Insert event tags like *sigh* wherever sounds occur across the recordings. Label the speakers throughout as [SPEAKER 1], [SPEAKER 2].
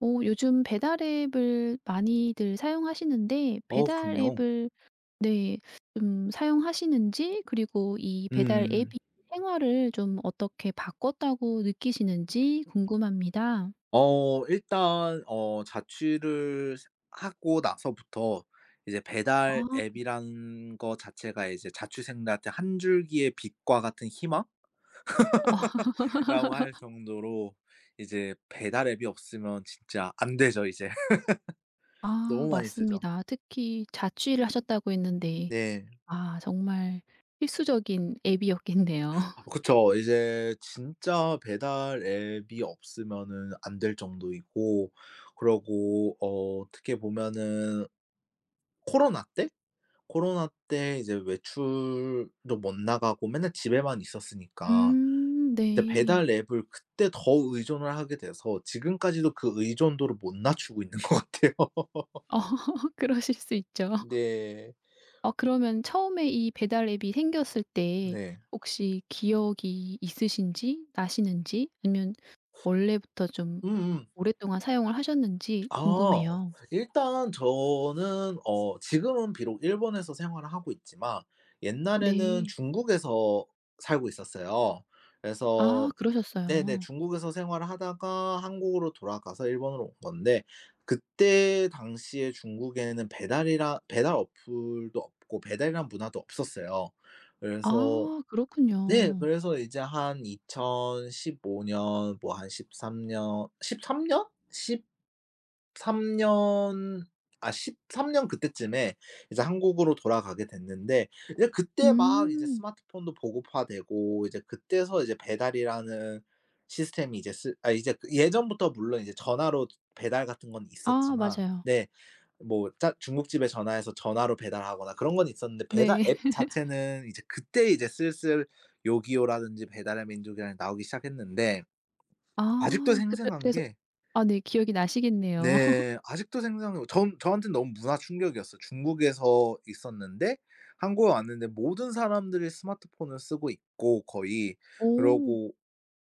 [SPEAKER 1] 요즘 배달 앱을 많이들 사용하시는데 배달
[SPEAKER 2] 그럼요.
[SPEAKER 1] 앱을 네, 좀 사용하시는지 그리고 이 배달 앱이
[SPEAKER 2] 음.
[SPEAKER 1] 생활을 좀 어떻게 바꿨다고 느끼시는지 궁금합니다.
[SPEAKER 2] 일단 자취를 스 하고 나서부터 이제 배달
[SPEAKER 1] 아.
[SPEAKER 2] 앱이란 거 자체가 이제 자취생들한테 한 줄기의 빛과 같은 희망이라고
[SPEAKER 1] *laughs* 아.
[SPEAKER 2] 할 정도로, 이제 배달 앱이 없으면 진짜 안 되죠 이제. *laughs*
[SPEAKER 1] 아,
[SPEAKER 2] 너무 많이 쓰죠.
[SPEAKER 1] 맞습니다. 특히 자취를 하셨다고 했는데
[SPEAKER 2] 네.
[SPEAKER 1] 아 정말 필수적인 앱이었겠네요. *laughs*
[SPEAKER 2] 그쵸. 이제 진짜 배달 앱이 없으면은 안 될 정도이고, 그러고 어떻게 보면은 코로나 때 코로나 때 이제 외출도 못 나가고 맨날 집에만 있었으니까
[SPEAKER 1] 음,
[SPEAKER 2] 이제
[SPEAKER 1] 네.
[SPEAKER 2] 배달 앱을 그때 더 의존을 하게 돼서, 지금까지도 그 의존도를 못 낮추고 있는 것 같아요. *laughs*
[SPEAKER 1] 어 *laughs* 그러실 수 있죠.
[SPEAKER 2] 네.
[SPEAKER 1] 아, 그러면 처음에 이 배달 앱이 생겼을 때
[SPEAKER 2] 네.
[SPEAKER 1] 혹시 기억이 있으신지 나시는지 아니면 원래부터 좀
[SPEAKER 2] 음음.
[SPEAKER 1] 오랫동안 사용을 하셨는지
[SPEAKER 2] 아.
[SPEAKER 1] 궁금해요.
[SPEAKER 2] 일단 저는 지금은 비록 일본에서 생활을 하고 있지만 옛날에는
[SPEAKER 1] 네.
[SPEAKER 2] 중국에서 살고 있었어요.
[SPEAKER 1] 아
[SPEAKER 2] 그래서 네네,
[SPEAKER 1] 그러셨어요.
[SPEAKER 2] 중국에서 생활을 하다가 한국으로 돌아가서 일본으로 온 건데, 그때 당시에 중국에는 배달 어플도 없고 배달이란 문화도 없었어요. 그래서
[SPEAKER 1] 아
[SPEAKER 2] 네.
[SPEAKER 1] 그렇군요.
[SPEAKER 2] 그래서 이제 한 2015 년, 뭐 한 13년, 13 년? 13 년, 아 13년 그때쯤에 이제 한국으로 돌아가게 됐는데, 이제 그때 막 이제
[SPEAKER 1] 음.
[SPEAKER 2] 스마트폰도 보급화되고, 이제 그때서 이제 배달이라는 시스템이 이제 쓰 아 이제 그 예전부터 물론 이제 전화로 배달 같은 건
[SPEAKER 1] 아
[SPEAKER 2] 있었지만,
[SPEAKER 1] 맞아요.
[SPEAKER 2] 네, 뭐 짜 중국집에 전화해서 전화로 배달하거나 그런 건 있었는데, 배달
[SPEAKER 1] 네.
[SPEAKER 2] 앱
[SPEAKER 1] *laughs*
[SPEAKER 2] 자체는 이제 그때 이제 슬슬 요기요라든지 배달의 민족이라는 나오기 시작했는데, 아직도
[SPEAKER 1] 아 그때
[SPEAKER 2] 생생한
[SPEAKER 1] 그래서
[SPEAKER 2] 게,
[SPEAKER 1] 아 네 기억이 나시겠네요. *laughs*
[SPEAKER 2] 네, 아직도 생생해요. 전 저한테는 너무 문화 충격이었어요. 중국에서 있었는데 한국에 왔는데, 모든 사람들이 스마트폰을 쓰고 있고 거의,
[SPEAKER 1] 오
[SPEAKER 2] 그러고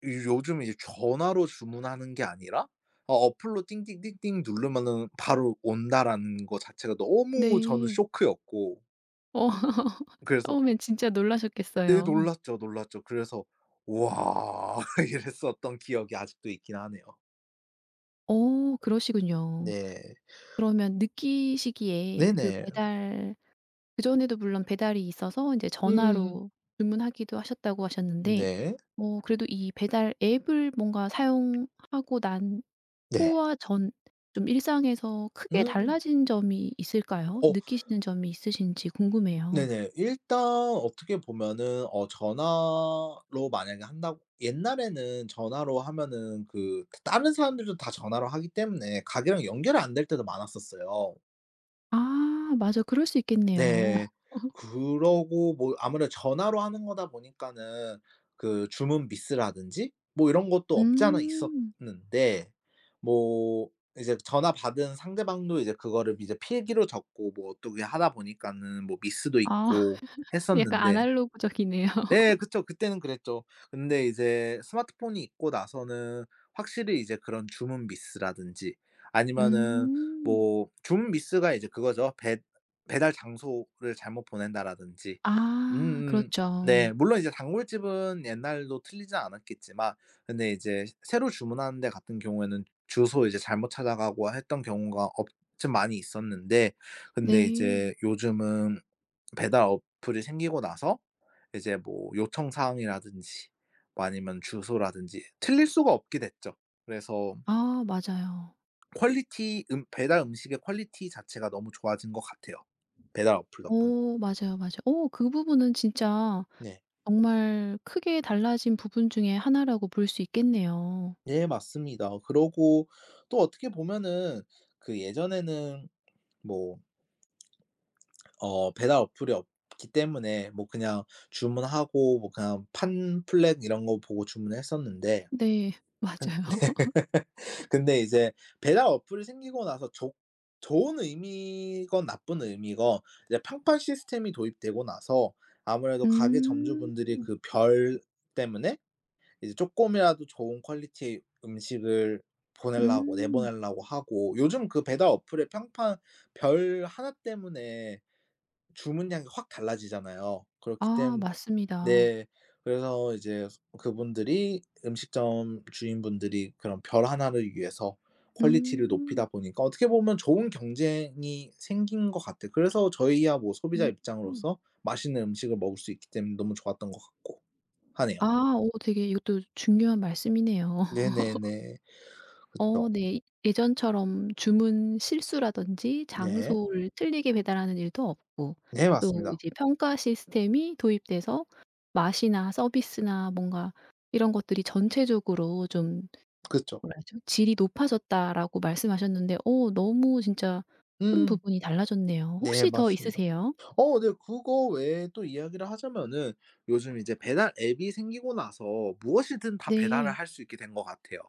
[SPEAKER 2] 이 요즘 이제 전화로 주문하는 게 아니라 어플로 띵띵띵띵 누르면은 바로 온다라는 거 자체가 너무 저는
[SPEAKER 1] 네.
[SPEAKER 2] 쇼크였고,
[SPEAKER 1] 어 *laughs*
[SPEAKER 2] 그래서
[SPEAKER 1] 처음엔 진짜
[SPEAKER 2] 네,
[SPEAKER 1] 놀라셨겠어요.
[SPEAKER 2] 놀랐죠, 놀랐죠. 그래서 "우와." *laughs* 이랬었던 기억이 아직도 있긴 하네요.
[SPEAKER 1] 오 그러시군요.
[SPEAKER 2] 네.
[SPEAKER 1] 그러면 느끼시기에 그
[SPEAKER 2] 네네.
[SPEAKER 1] 배달 그전에도 물론 배달이 있어서 인제
[SPEAKER 2] 음.
[SPEAKER 1] 전화로 주문하기도 하셨다고 하셨는데
[SPEAKER 2] 네.
[SPEAKER 1] 어 그래도 이 배달 앱을 뭔가 사용하고 난
[SPEAKER 2] 네.
[SPEAKER 1] 후와 전 좀 일상에서 크게
[SPEAKER 2] 음.
[SPEAKER 1] 달라진 점이 있을까요?
[SPEAKER 2] 어
[SPEAKER 1] 느끼시는 점이 있으신지 궁금해요.
[SPEAKER 2] 네네. 일단 어떻게 보면은 전화로 만약에 한다고, 옛날에는 전화로 하면은 그 다른 사람들도 다 전화로 하기 때문에 가게랑 연결이 안 될 때도 많았었어요.
[SPEAKER 1] 아 맞아. 그럴 수 있겠네요.
[SPEAKER 2] 네. 그러고 뭐 아무래도 전화로 하는 거다 보니까는 그 주문 미스라든지 뭐 이런 것도 없지 않아
[SPEAKER 1] 음.
[SPEAKER 2] 있었는데, 뭐 이제 전화 받은 상대방도 이제 그거를 이제 필기로 적고 뭐 어떻게 하다 보니까는 뭐 미스도
[SPEAKER 1] 아
[SPEAKER 2] 있고
[SPEAKER 1] *laughs* 약간
[SPEAKER 2] 했었는데,
[SPEAKER 1] 아날로그적이네요.
[SPEAKER 2] 네, 그쵸. 그때는 그랬죠. 근데 이제 스마트폰이 있고 나서는 확실히 이제 그런 주문 미스라든지 아니면은,
[SPEAKER 1] 음.
[SPEAKER 2] 뭐 주문 미스가 이제 그거죠, 배 배달 장소를 잘못 보낸다라든지.
[SPEAKER 1] 아
[SPEAKER 2] 음음. 네,
[SPEAKER 1] 그렇죠.
[SPEAKER 2] 물론 이제 단골집은 옛날도 틀리지 않았겠지만, 근데 이제 새로 주문하는 데 같은 경우에는 주소 이제 잘못 찾아가고 했던 경우가 없 좀 많이 있었는데, 근데
[SPEAKER 1] 네.
[SPEAKER 2] 이제 요즘은 배달 어플이 생기고 나서 이제 뭐 요청 사항이라든지 뭐 아니면 주소라든지 틀릴 수가 없게 됐죠. 그래서
[SPEAKER 1] 아 맞아요.
[SPEAKER 2] 퀄리티 배달 음식의 퀄리티 자체가 너무 좋아진 것 같아요, 배달 어플 덕분에.
[SPEAKER 1] 어 맞아요, 맞아요. 어 그 부분은 진짜
[SPEAKER 2] 네.
[SPEAKER 1] 정말 크게 달라진 부분 중에 하나라고 볼 수 있겠네요.
[SPEAKER 2] 네, 맞습니다. 그러고 또 어떻게 보면은 그 예전에는, 뭐 배달 어플이 없기 때문에 뭐 그냥 주문하고 뭐 그냥 팜플렛 이런 거 보고 주문을 했었는데,
[SPEAKER 1] 네. *laughs* 맞아요. *laughs*
[SPEAKER 2] 근데 이제 배달 어플이 생기고 나서 좋 좋은 의미건 나쁜 의미건 이제 평판 시스템이 도입되고 나서, 아무래도 가게
[SPEAKER 1] 음.
[SPEAKER 2] 점주분들이 그 별 때문에 이제 쪼끔이라도 좋은 퀄리티의 음식을 보내려고
[SPEAKER 1] 음.
[SPEAKER 2] 내보내려고 하고, 요즘 그 배달 어플의 평판 별 하나 때문에 주문량이 확 달라지잖아요. 그렇기
[SPEAKER 1] 아
[SPEAKER 2] 때문,
[SPEAKER 1] 맞습니다.
[SPEAKER 2] 네. 그래서 이제 그분들이, 음식점 주인분들이 그런 별 하나를 위해서 퀄리티를
[SPEAKER 1] 음.
[SPEAKER 2] 높이다 보니까 어떻게 보면 좋은 경쟁이 생긴 것 같아요. 그래서 저희야 뭐 소비자
[SPEAKER 1] 어.
[SPEAKER 2] 입장으로서 맛있는 음식을 먹을 수 있기 때문에 너무 좋았던 것 같고 하네요.
[SPEAKER 1] 아오 되게 이것도 중요한 말씀이네요.
[SPEAKER 2] 네네네.
[SPEAKER 1] 어
[SPEAKER 2] 그쵸.
[SPEAKER 1] 네. 예전처럼 주문 실수라든지
[SPEAKER 2] 네.
[SPEAKER 1] 장소를 틀리게 배달하는 일도 없고
[SPEAKER 2] 네,
[SPEAKER 1] 또
[SPEAKER 2] 맞습니다.
[SPEAKER 1] 이제 평가 시스템이 도입돼서 맛이나 서비스나 뭔가 이런 것들이 전체적으로 좀
[SPEAKER 2] 그쵸.
[SPEAKER 1] 뭐라 하죠? "질이 높아졌다."라고 말씀하셨는데 어 너무 진짜 큰
[SPEAKER 2] 음음.
[SPEAKER 1] 부분이 달라졌네요.
[SPEAKER 2] 네,
[SPEAKER 1] 혹시 더
[SPEAKER 2] 맞습니다.
[SPEAKER 1] 있으세요?
[SPEAKER 2] 네, 그거 외에 또 이야기를 하자면은 요즘 이제 배달 앱이 생기고 나서 무엇이든 다 배달을
[SPEAKER 1] 네.
[SPEAKER 2] 할 수 있게 된 것 같아요.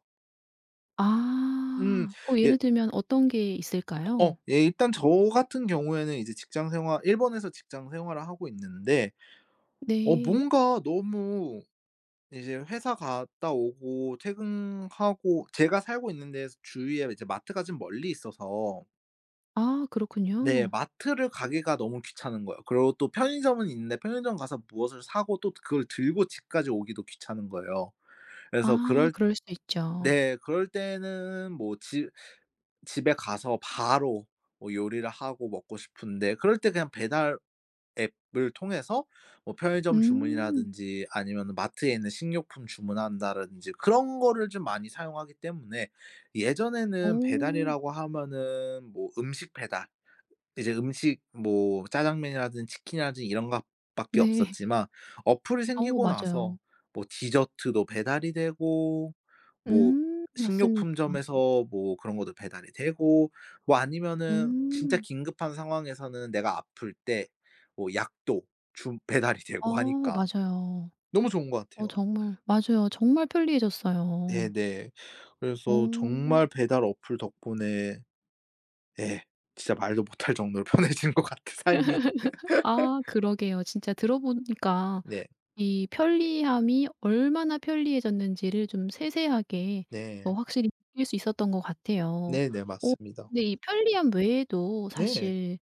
[SPEAKER 2] 음.
[SPEAKER 1] 아. 어
[SPEAKER 2] 예
[SPEAKER 1] 예를 들면 어떤 게 있을까요?
[SPEAKER 2] 예, 일단 저 같은 경우에는 이제 직장 생활 일본에서 직장 생활을 하고 있는데,
[SPEAKER 1] 네.
[SPEAKER 2] 뭔가 너무 이제 회사 갔다 오고 퇴근하고 제가 살고 있는 데에서 주위에 이제 마트가 좀 멀리 있어서,
[SPEAKER 1] 아
[SPEAKER 2] 네,
[SPEAKER 1] 그렇군요.
[SPEAKER 2] 마트를 가기가 너무 귀찮은 거예요. 그리고 또 편의점은 있는데 편의점 가서 무엇을 사고 또 그걸 들고 집까지 오기도 귀찮은 거예요. 그래서
[SPEAKER 1] 아
[SPEAKER 2] 그럴
[SPEAKER 1] 그럴 수 있죠.
[SPEAKER 2] 네, 그럴 때는 뭐집 집에 가서 바로 뭐 요리를 하고 먹고 싶은데, 그럴 때 그냥 배달 앱을 통해서 뭐 편의점
[SPEAKER 1] 음.
[SPEAKER 2] 주문이라든지 아니면은 마트에 있는 식료품 주문한다든지 그런 거를 좀 많이 사용하기 때문에,
[SPEAKER 1] 어.
[SPEAKER 2] 예전에는 배달이라고 하면은 뭐 음식 배달, 이제 음식, 뭐 짜장면이라든 치킨이라든 이런 것밖에
[SPEAKER 1] 네. *laughs*
[SPEAKER 2] 없었지만 어플이
[SPEAKER 1] 어
[SPEAKER 2] 생기고 나서
[SPEAKER 1] 맞아요.
[SPEAKER 2] 뭐 디저트도 배달이 되고, 뭐
[SPEAKER 1] 맞습니다.
[SPEAKER 2] 식료품점에서 뭐 그런 것도 배달이 되고, 뭐 아니면은 진짜
[SPEAKER 1] 음.
[SPEAKER 2] 긴급한 상황에서는 내가 아플 때 뭐 약도 주 *laughs* 배달이
[SPEAKER 1] 아
[SPEAKER 2] 되고 하니까
[SPEAKER 1] 맞아요.
[SPEAKER 2] 너무 좋은 것
[SPEAKER 1] 어
[SPEAKER 2] 같아요.
[SPEAKER 1] 정말 맞아요. 정말 편리해졌어요.
[SPEAKER 2] 네네.
[SPEAKER 1] 어.
[SPEAKER 2] 그래서 정말 배달 어플 덕분에, 예, 진짜 말도 못할 정도로 *laughs* 편해진 것 같아, 삶이.
[SPEAKER 1] 아 그러게요. 진짜 들어보니까
[SPEAKER 2] 네.
[SPEAKER 1] 이 편리함이 얼마나 편리해졌는지를 좀 세세하게
[SPEAKER 2] 네.
[SPEAKER 1] 어 확실히 느낄 수 있었던 것 같아요.
[SPEAKER 2] 네네,
[SPEAKER 1] 어
[SPEAKER 2] 맞습니다.
[SPEAKER 1] 근데 이 편리함 외에도
[SPEAKER 2] 네.
[SPEAKER 1] 사실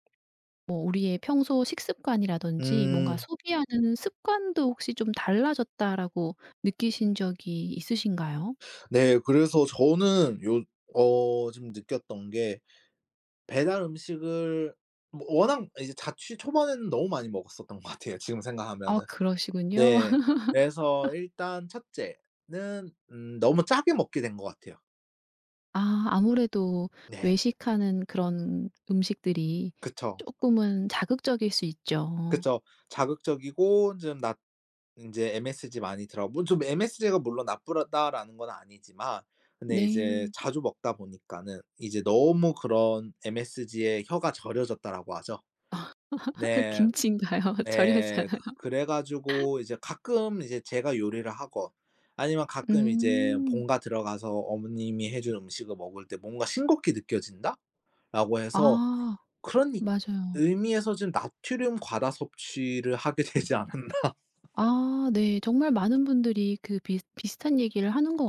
[SPEAKER 1] 뭐 우리의 평소 식습관이라든지 뭔가
[SPEAKER 2] 음.
[SPEAKER 1] 소비하는 습관도 혹시 좀 달라졌다라고 느끼신 적이 있으신가요?
[SPEAKER 2] 네. 그래서 저는 요 어 좀 느꼈던 게, 배달 음식을 뭐 워낙 이제 자취 초반에는 너무 많이 먹었었던 것 같아요, 지금
[SPEAKER 1] 아
[SPEAKER 2] 생각하면은.
[SPEAKER 1] 그러시군요.
[SPEAKER 2] 네.
[SPEAKER 1] *laughs*
[SPEAKER 2] 그래서 일단 첫째는 너무 짜게 먹게 된 것 같아요.
[SPEAKER 1] 아 아무래도
[SPEAKER 2] 네.
[SPEAKER 1] 외식하는 그런 음식들이
[SPEAKER 2] 그쵸.
[SPEAKER 1] 조금은 자극적일 수 있죠.
[SPEAKER 2] 그쵸. 자극적이고 좀나 이제 MSG 많이 들어가고, 뭐 좀 MSG가 물론 나쁘다라는 건 아니지만, 근데 이제
[SPEAKER 1] 네.
[SPEAKER 2] 자주 먹다 보니까는 이제 너무 그런 MSG에 혀가 절여졌다라고 하죠.
[SPEAKER 1] *laughs*
[SPEAKER 2] 네.
[SPEAKER 1] 김치인가요? *laughs* 절여지
[SPEAKER 2] 예.
[SPEAKER 1] 않아요.
[SPEAKER 2] 그래 가지고 이제 가끔 이제 제가 요리를 하건 아니면 가끔 이제
[SPEAKER 1] 음.
[SPEAKER 2] 본가 들어가서 어머님이 해준 음식을 먹을 때 뭔가 '싱겁게 느껴진다.'라고 해서,
[SPEAKER 1] 아
[SPEAKER 2] 그런 이
[SPEAKER 1] 맞아요.
[SPEAKER 2] 의미에서 좀 나트륨 과다 섭취를 하게 되지 않았나.
[SPEAKER 1] 아 네. 정말 많은 분들이 그 비슷 비슷한 얘기를 하는 것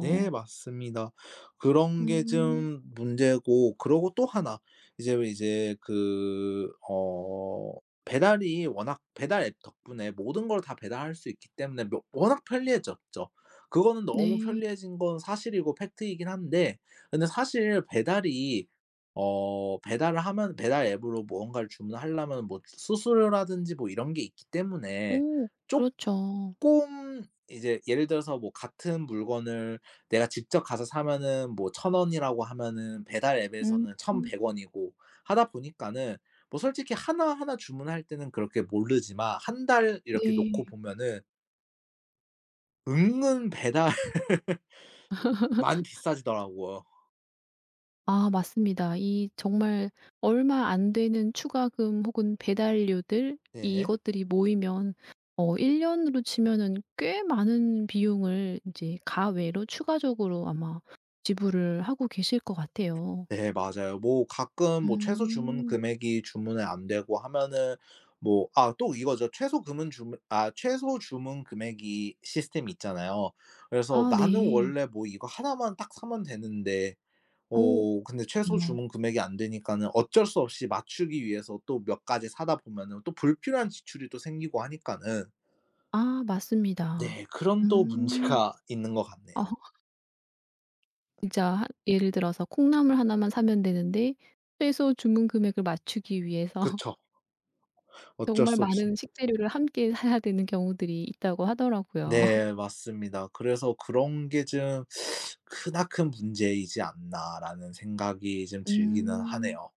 [SPEAKER 2] 네, 맞습니다. 그런 게
[SPEAKER 1] 음.
[SPEAKER 2] 좀 문제고, 그러고 또 하나 이제 그 배달이 워낙 배달 앱 덕분에 모든 걸 다 배달할 수 있기 때문에 뭐 워낙 편리해졌죠. 그거는 너무
[SPEAKER 1] 네.
[SPEAKER 2] 편리해진 건 사실이고 팩트이긴 한데, 근데 사실 배달이 어 배달을 하면 배달 앱으로 무언가를 주문하려면 뭐 수수료라든지 뭐 이런 게 있기 때문에
[SPEAKER 1] 오 그렇죠.
[SPEAKER 2] 조금, 이제 예를 들어서 뭐 같은 물건을 내가 직접 가서 사면은 뭐 천 원이라고 하면은 배달
[SPEAKER 1] 음
[SPEAKER 2] 앱에서는 1,100 원이고 하다 보니까는, 뭐 솔직히 하나하나 주문할 때는 그렇게 모르지만 한 달 이렇게
[SPEAKER 1] 네.
[SPEAKER 2] 놓고 보면은 은근 배달 *laughs* 많이 비싸지더라고요.
[SPEAKER 1] 아 맞습니다. 이 정말 얼마 안 되는 추가금 혹은 배달료들
[SPEAKER 2] 네.
[SPEAKER 1] 이것들이 모이면 어 1년 년으로 치면은 꽤 많은 비용을 이제 가외로 추가적으로 아마 지불을 하고 계실 것 같아요.
[SPEAKER 2] 네, 맞아요. 뭐 가끔 뭐 최소 주문
[SPEAKER 1] 음.
[SPEAKER 2] 금액이 주문이 안 되고 하면은, 뭐 또 이거죠. 최소 주문 금액이 시스템이 있잖아요. 그래서
[SPEAKER 1] 아
[SPEAKER 2] '나는
[SPEAKER 1] 네.
[SPEAKER 2] 원래 뭐 이거 하나만 딱 사면 되는데
[SPEAKER 1] 오,
[SPEAKER 2] 근데 최소
[SPEAKER 1] 야.
[SPEAKER 2] 주문 금액이 안 되니까는 어쩔 수 없이 맞추기 위해서 또 몇 가지 사다 보면은 또 불필요한 지출이 또 생기고 하니까는,
[SPEAKER 1] 아
[SPEAKER 2] 네,
[SPEAKER 1] 맞습니다.
[SPEAKER 2] 그런 또
[SPEAKER 1] 음.
[SPEAKER 2] 문제가 *laughs* 있는 것 같네요.
[SPEAKER 1] 아. 진짜 하 예를 들어서 콩나물 하나만 사면 되는데 최소 주문 금액을 맞추기 위해서
[SPEAKER 2] 그쵸.
[SPEAKER 1] *laughs*
[SPEAKER 2] 어쩔
[SPEAKER 1] 정말
[SPEAKER 2] 수 없이.
[SPEAKER 1] 많은 식재료를 함께 사야 되는 경우들이 있다고 하더라고요.
[SPEAKER 2] 네, 맞습니다. 그래서 '그런 게 좀 크나큰 문제이지 않나.'라는 생각이 좀
[SPEAKER 1] *laughs*
[SPEAKER 2] 들기는
[SPEAKER 1] 음.
[SPEAKER 2] 하네요.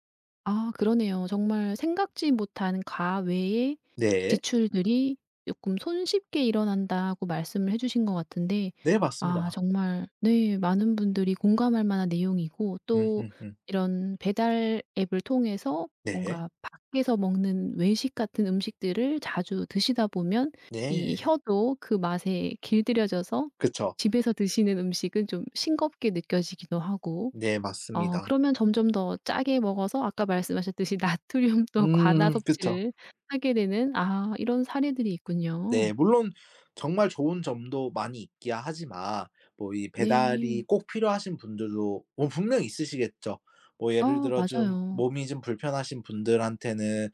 [SPEAKER 1] 아 그러네요. 정말 생각지 못한 과외의
[SPEAKER 2] 네.
[SPEAKER 1] 지출들이 조금 "손쉽게 일어난다."고 말씀을 해 주신 것 같은데
[SPEAKER 2] 네,
[SPEAKER 1] 아
[SPEAKER 2] 맞습니다.
[SPEAKER 1] 정말 네 많은 분들이 공감할 만한 내용이고 또
[SPEAKER 2] 음음음.
[SPEAKER 1] 이런 배달 앱을 통해서
[SPEAKER 2] 네.
[SPEAKER 1] 뭔가 밖에서 먹는 외식 같은 음식들을 자주 드시다 보면 이
[SPEAKER 2] 네.
[SPEAKER 1] 혀도 그 맛에 길들여져서
[SPEAKER 2] 그쵸.
[SPEAKER 1] 집에서 드시는 음식은 좀 싱겁게 느껴지기도 하고
[SPEAKER 2] 네,
[SPEAKER 1] 어
[SPEAKER 2] 맞습니다.
[SPEAKER 1] 그러면 점점 더 짜게 먹어서 아까 말씀하셨듯이 *laughs* 나트륨도 과다
[SPEAKER 2] 음, 그쵸.
[SPEAKER 1] 섭취를 하게 되는 아 이런 사례들이 있군요.
[SPEAKER 2] 네, 물론 정말 좋은 점도 많이 있기야 하지만 뭐 이 배달이
[SPEAKER 1] 네.
[SPEAKER 2] 꼭 필요하신 분들도 뭐 분명 있으시겠죠. 뭐 예를
[SPEAKER 1] 아
[SPEAKER 2] 들어 좀
[SPEAKER 1] 맞아요.
[SPEAKER 2] 몸이 좀 불편하신 분들한테는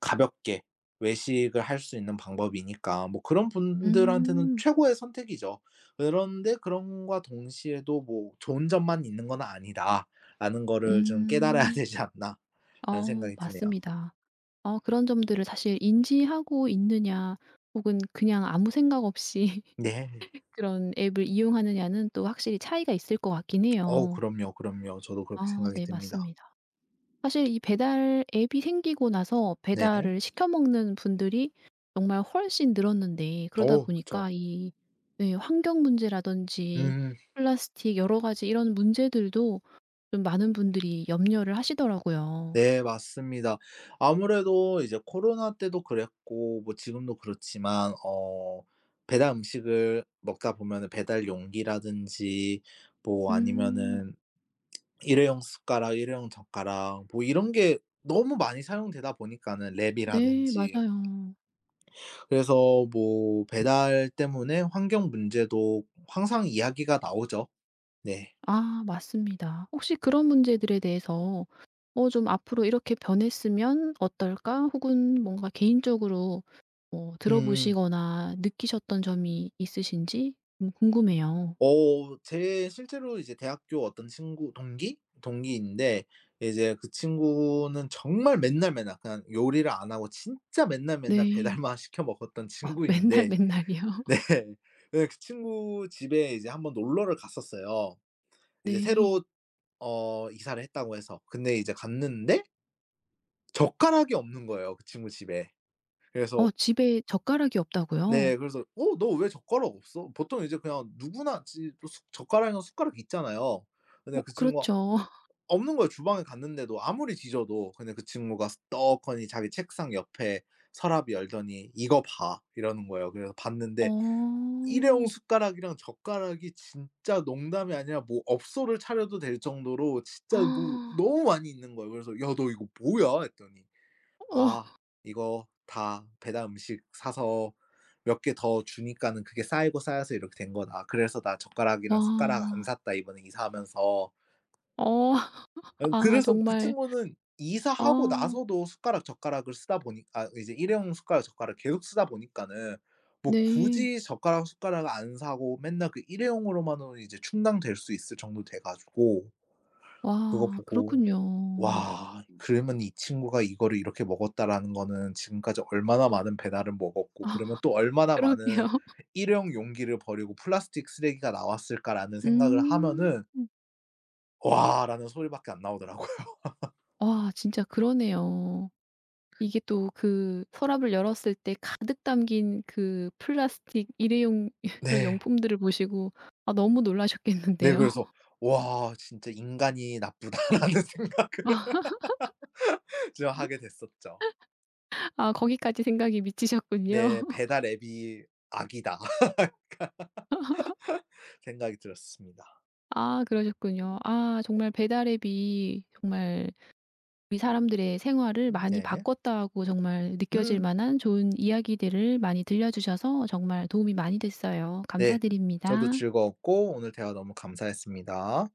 [SPEAKER 2] 가볍게 외식을 할 수 있는 방법이니까 뭐 그런 분들한테는
[SPEAKER 1] 음.
[SPEAKER 2] 최고의 선택이죠. 그런데 그런과 동시에도 뭐 '좋은 점만 있는 건 아니다.'라는 거를 좀 깨달아야 *laughs*
[SPEAKER 1] 음.
[SPEAKER 2] 되지 않나라는
[SPEAKER 1] 어
[SPEAKER 2] 생각이 드네요.
[SPEAKER 1] 맞습니다. 어 그런 점들을 사실 인지하고 있느냐 혹은 그냥 아무 생각 없이
[SPEAKER 2] 네.
[SPEAKER 1] *laughs* 그런 앱을 이용하느냐는 또 확실히 차이가 있을 것 같긴
[SPEAKER 2] 어우,
[SPEAKER 1] 해요.
[SPEAKER 2] 그럼요, 그럼요. 저도 그렇게
[SPEAKER 1] 아
[SPEAKER 2] 생각이
[SPEAKER 1] 네
[SPEAKER 2] 듭니다.
[SPEAKER 1] 맞습니다. 사실 이 배달 앱이 생기고 나서
[SPEAKER 2] 네.
[SPEAKER 1] 배달을 시켜 먹는 분들이 정말 훨씬 늘었는데 그러다
[SPEAKER 2] 어우, 그쵸.
[SPEAKER 1] 보니까 이 예 환경 문제라든지
[SPEAKER 2] 음,
[SPEAKER 1] 플라스틱 여러 가지 이런 문제들도 좀 많은 분들이 염려를 하시더라고요.
[SPEAKER 2] 네, 맞습니다. 아무래도 이제 코로나 때도 그랬고 뭐 지금도 그렇지만 배달 음식을 먹다 보면은 배달 용기라든지, 뭐
[SPEAKER 1] 음.
[SPEAKER 2] 아니면은 일회용 숟가락, 일회용 젓가락 뭐 이런 게 너무 많이 사용되다 보니까는
[SPEAKER 1] 네
[SPEAKER 2] 랩이라든지,
[SPEAKER 1] 맞아요.
[SPEAKER 2] 그래서 뭐 배달 때문에 환경 문제도 항상 이야기가 나오죠. 네.
[SPEAKER 1] 아 맞습니다. 혹시 그런 문제들에 대해서 어 좀 '앞으로 이렇게 변했으면 어떨까?' 혹은 뭔가 개인적으로 뭐 들어
[SPEAKER 2] 음음.
[SPEAKER 1] 보시거나 느끼셨던 점이 있으신지 좀 궁금해요.
[SPEAKER 2] 제 실제로 이제 대학교 어떤 친구 동기? 동기인데, 이제 그 친구는 정말 맨날 맨날 그냥 요리를 안 하고 진짜 맨날 맨날
[SPEAKER 1] 네.
[SPEAKER 2] 배달만 *laughs* 시켜 먹었던
[SPEAKER 1] 아 맨날
[SPEAKER 2] 친구인데
[SPEAKER 1] 맨날이요?
[SPEAKER 2] *laughs* 네.
[SPEAKER 1] *laughs*
[SPEAKER 2] 네, 그 친구 집에 이제 한번 놀러를 갔었어요. 이제
[SPEAKER 1] 네.
[SPEAKER 2] 새로 이사를 했다고 해서. 근데 이제 갔는데 젓가락이 없는 거예요, 그 친구 집에. 그래서
[SPEAKER 1] 어 집에 젓가락이 없다고요?
[SPEAKER 2] 네, 그래서 "어, 너 왜 젓가락 없어?" 보통 이제 그냥 누구나 지 또 숟 젓가락이랑 숟가락 있잖아요. 근데
[SPEAKER 1] 어
[SPEAKER 2] 그 친구가
[SPEAKER 1] 그렇죠. *laughs*
[SPEAKER 2] 없는 거예요. 주방에 갔는데도 아무리 뒤져도, 근데 그 친구가 떡하니 자기 책상 옆에 서랍 이 열더니 "이거 봐." 이러는 거예요. 그래서
[SPEAKER 1] 어.
[SPEAKER 2] 봤는데 일회용 숟가락이랑 젓가락이 진짜 농담이 아니라 뭐 업소를 차려도 될 정도로 진짜 뭐
[SPEAKER 1] 아,
[SPEAKER 2] 너무 많이 있는 거예요. 그래서 "야, 너 이거 뭐야?" 했더니 "아,
[SPEAKER 1] 어.
[SPEAKER 2] 이거 다 배달 음식 사서 몇 개 더 주니까는 그게 쌓이고 쌓여서 이렇게 된 거다. 그래서 나 젓가락이랑
[SPEAKER 1] 와.
[SPEAKER 2] 숟가락 안 샀다, 이번에 이사하면서."
[SPEAKER 1] 어. *laughs* 아
[SPEAKER 2] 그래서 그
[SPEAKER 1] 정말
[SPEAKER 2] 친구는 이사하고
[SPEAKER 1] 아
[SPEAKER 2] 나서도 숟가락 젓가락을 쓰다 보니, 이제 일회용 숟가락 젓가락 계속 쓰다 보니까는 뭐
[SPEAKER 1] 네.
[SPEAKER 2] 굳이 젓가락 숟가락을 안 사고 맨날 그 일회용으로만으로 이제 충당될 수 있을 정도 돼 가지고, 그거
[SPEAKER 1] 와
[SPEAKER 2] 보고
[SPEAKER 1] 그렇군요.
[SPEAKER 2] '와, 그러면 이 친구가 이거를 이렇게 먹었다.'라는 거는 지금까지 얼마나 많은 배달을
[SPEAKER 1] *laughs*
[SPEAKER 2] 먹었고, 그러면
[SPEAKER 1] 아
[SPEAKER 2] 또 얼마나 많은
[SPEAKER 1] 그러게요.
[SPEAKER 2] 일회용 용기를 버리고 플라스틱 쓰레기가 나왔을까라는 생각을
[SPEAKER 1] 음.
[SPEAKER 2] 하면은 '와.'라는 소리밖에 안 나오더라고요. *laughs*
[SPEAKER 1] 와 진짜 그러네요. 이게 또 그 서랍을 열었을 때 가득 담긴 그 플라스틱 일회용 *laughs* 그런
[SPEAKER 2] 네.
[SPEAKER 1] 용품들을 보시고 아 너무
[SPEAKER 2] 네,
[SPEAKER 1] 놀라셨겠는데요.
[SPEAKER 2] 그래서 '와, 진짜 인간이 나쁘다.'라는 *laughs* 생각을
[SPEAKER 1] *laughs*
[SPEAKER 2] 좀 하게 됐었죠.
[SPEAKER 1] 아 거기까지 생각이 미치셨군요.
[SPEAKER 2] 네. '배달 앱이 악이다.' *laughs* 생각이 들었습니다.
[SPEAKER 1] 아 그러셨군요. 아 정말 배달 앱이 정말 우리 사람들의 생활을 많이
[SPEAKER 2] 네.
[SPEAKER 1] 바꿨다고 정말 느껴질
[SPEAKER 2] 음.
[SPEAKER 1] 만한 좋은 이야기들을 많이 들려주셔서 정말 도움이 많이 됐어요.
[SPEAKER 2] 네. 저도
[SPEAKER 1] 감사드립니다.
[SPEAKER 2] 즐거웠고 오늘 대화 너무 감사했습니다.